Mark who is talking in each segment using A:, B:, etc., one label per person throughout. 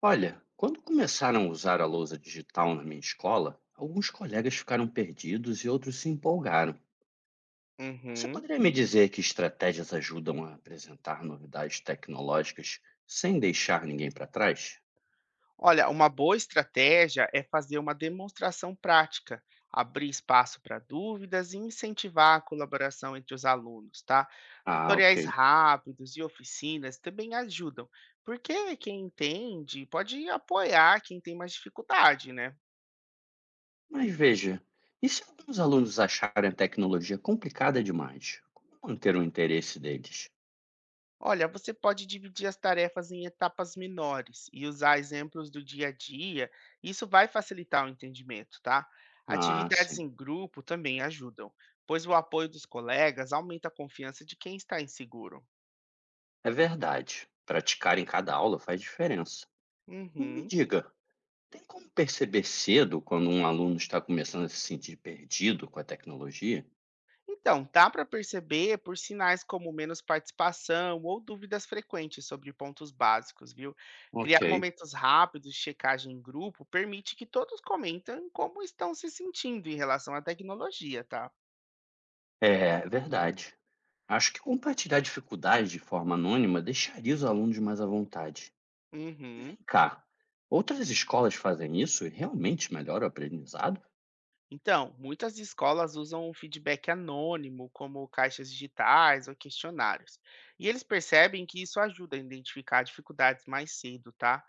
A: Olha, quando começaram a usar a lousa digital na minha escola, alguns colegas ficaram perdidos e outros se empolgaram. Você
B: Uhum.
A: poderia me dizer que estratégias ajudam a apresentar novidades tecnológicas sem deixar ninguém para trás?
B: Olha, uma boa estratégia é fazer uma demonstração prática, abrir espaço para dúvidas e incentivar a colaboração entre os alunos, tá?
A: Ah,
B: Tutoriais
A: ok.
B: rápidos e oficinas também ajudam, porque quem entende pode apoiar quem tem mais dificuldade, né?
A: Mas veja, e se alguns alunos acharem a tecnologia complicada demais? Como manter o interesse deles?
B: Olha, você pode dividir as tarefas em etapas menores e usar exemplos do dia a dia. Isso vai facilitar o entendimento, tá?
A: Ah,
B: Atividades
A: sim.
B: em grupo também ajudam, pois o apoio dos colegas aumenta a confiança de quem está inseguro.
A: É verdade. Praticar em cada aula faz diferença. E me
B: Uhum.
A: diga, tem como perceber cedo quando um aluno está começando a se sentir perdido com a tecnologia?
B: Então, dá para perceber por sinais como menos participação ou dúvidas frequentes sobre pontos básicos, viu? Criar
A: Ok.
B: momentos rápidos de checagem em grupo permite que todos comentem como estão se sentindo em relação à tecnologia, tá?
A: É verdade. Acho que compartilhar dificuldades de forma anônima deixaria os alunos mais à vontade. E vem
B: Uhum.
A: cá, outras escolas fazem isso e realmente melhora o aprendizado?
B: Então, muitas escolas usam o feedback anônimo, como caixas digitais ou questionários. E eles percebem que isso ajuda a identificar dificuldades mais cedo, tá?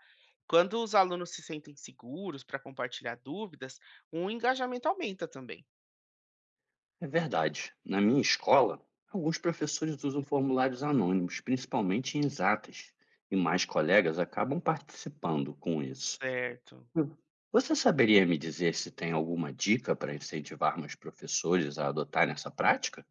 B: Quando os alunos se sentem seguros para compartilhar dúvidas, o engajamento aumenta também.
A: É verdade. Na minha escola, alguns professores usam formulários anônimos, principalmente em exatas, e mais colegas acabam participando com isso.
B: Certo.
A: Hum. Você saberia me dizer se tem alguma dica para incentivar meus professores a adotarem essa prática?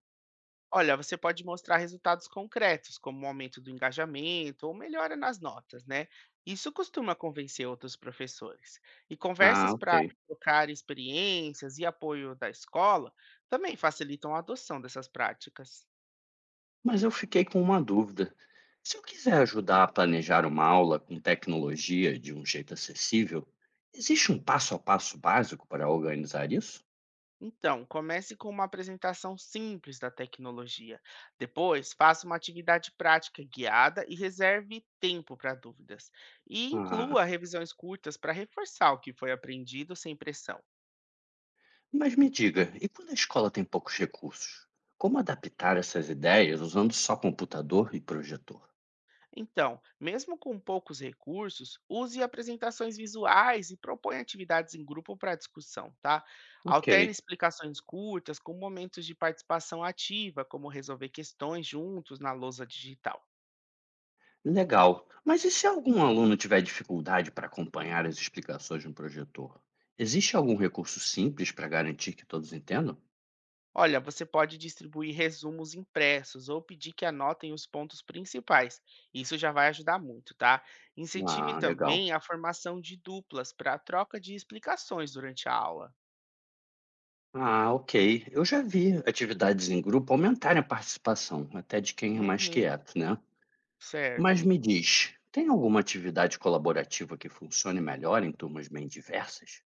B: Olha, você pode mostrar resultados concretos, como o aumento do engajamento ou melhora nas notas, né? Isso costuma convencer outros professores. E
A: Ah,
B: conversas
A: ok.
B: para trocar experiências e apoio da escola também facilitam a adoção dessas práticas.
A: Mas eu fiquei com uma dúvida. Se eu quiser ajudar a planejar uma aula com tecnologia de um jeito acessível, existe um passo a passo básico para organizar isso?
B: Então, comece com uma apresentação simples da tecnologia. Depois, faça uma atividade prática guiada e reserve tempo para dúvidas. E
A: Ah,
B: inclua revisões curtas para reforçar o que foi aprendido sem pressão.
A: mas me diga, e quando a escola tem poucos recursos? Como adaptar essas ideias usando só computador e projetor?
B: Então, mesmo com poucos recursos, use apresentações visuais e proponha atividades em grupo para discussão, tá? Alterne
A: Ok.
B: explicações curtas com momentos de participação ativa, como resolver questões juntos na lousa digital.
A: Legal. Mas e se algum aluno tiver dificuldade para acompanhar as explicações no projetor? Existe algum recurso simples para garantir que todos entendam?
B: Olha, você pode distribuir resumos impressos ou pedir que anotem os pontos principais. Isso já vai ajudar muito, tá? Incentive
A: Ah, legal.
B: também a formação de duplas para troca de explicações durante a aula.
A: Ah, ok. Eu já vi atividades em grupo aumentarem a participação, até de quem é mais
B: Uhum,
A: quieto, né? Mas
B: certo.
A: me diz, tem alguma atividade colaborativa que funcione melhor em turmas bem diversas?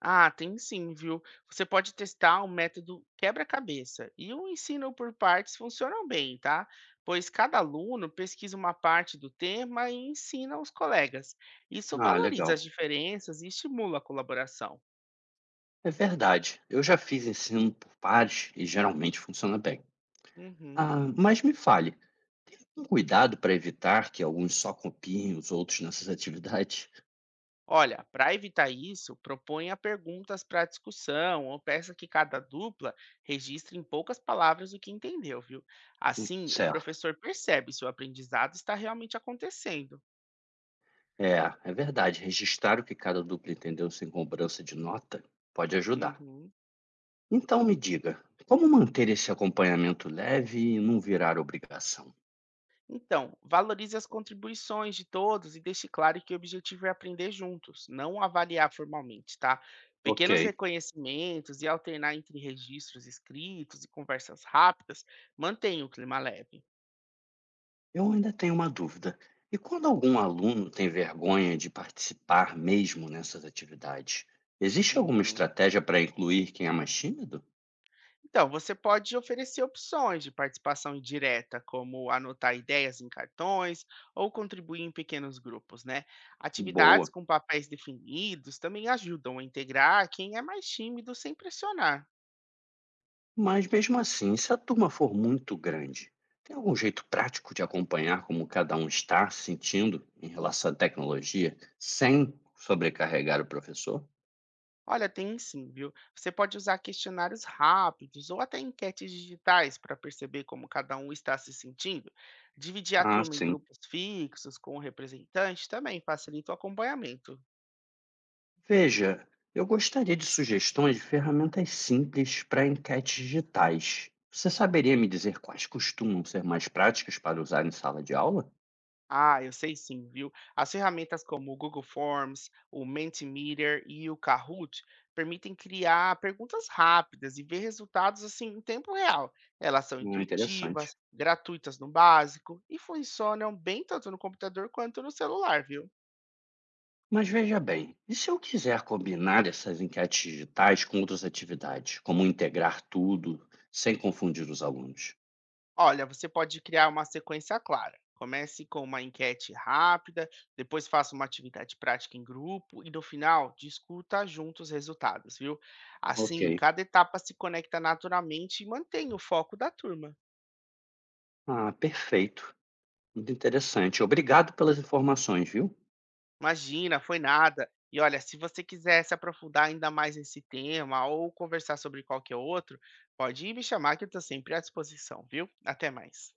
B: Ah, tem sim, viu? Você pode testar o método quebra-cabeça e o ensino por partes funcionam bem, tá? Pois cada aluno pesquisa uma parte do tema e ensina aos colegas. Isso
A: Ah,
B: valoriza
A: legal.
B: as diferenças e estimula a colaboração.
A: É verdade. Eu já fiz ensino por pares e geralmente funciona bem.
B: Uhum.
A: Ah, mas me fale. Um cuidado para evitar que alguns só copiem os outros nessas atividades?
B: Olha, para evitar isso, proponha perguntas para discussão ou peça que cada dupla registre em poucas palavras o que entendeu, viu? Assim, o
A: Certo.
B: professor percebe se o aprendizado está realmente acontecendo.
A: É, é, verdade. Registrar o que cada dupla entendeu sem cobrança de nota pode ajudar.
B: Uhum.
A: Então me diga, como manter esse acompanhamento leve e não virar obrigação?
B: Então, valorize as contribuições de todos e deixe claro que o objetivo é aprender juntos, não avaliar formalmente, tá?
A: Ok.
B: Pequenos reconhecimentos e alternar entre registros escritos e conversas rápidas mantém o clima leve.
A: Eu ainda tenho uma dúvida. E quando algum aluno tem vergonha de participar mesmo nessas atividades, existe alguma
B: Uhum.
A: estratégia para incluir quem é mais tímido?
B: Então, você pode oferecer opções de participação indireta, como anotar ideias em cartões ou contribuir em pequenos grupos, né? Atividades
A: Boa.
B: com papéis definidos também ajudam a integrar quem é mais tímido sem pressionar.
A: Mas mesmo assim, se a turma for muito grande, tem algum jeito prático de acompanhar como cada um está se sentindo em relação à tecnologia sem sobrecarregar o professor?
B: Olha, tem sim, viu? Você pode usar questionários rápidos ou até enquetes digitais para perceber como cada um está se sentindo. Dividir a
A: Ah,
B: turma em
A: sim.
B: grupos fixos com o representante também facilita o acompanhamento.
A: Veja, eu gostaria de sugestões de ferramentas simples para enquetes digitais. Você saberia me dizer quais costumam ser mais práticas para usar em sala de aula?
B: Ah, eu sei sim, viu? As ferramentas como o Google Forms, o Mentimeter e o Kahoot permitem criar perguntas rápidas e ver resultados assim em tempo real. Elas são
A: Interessante.
B: intuitivas, gratuitas no básico e funcionam bem tanto no computador quanto no celular, viu?
A: Mas veja bem, e se eu quiser combinar essas enquetes digitais com outras atividades, como integrar tudo sem confundir os alunos?
B: Olha, você pode criar uma sequência clara. Comece com uma enquete rápida, depois faça uma atividade prática em grupo e no final discuta juntos os resultados, viu?
A: Ok.
B: Assim, cada etapa se conecta naturalmente e mantém o foco da turma.
A: Ah, perfeito. Muito interessante. Obrigado pelas informações, viu?
B: Imagina, foi nada. E olha, se você quiser se aprofundar ainda mais nesse tema ou conversar sobre qualquer outro, pode me chamar que eu estou sempre à disposição, viu? Até mais.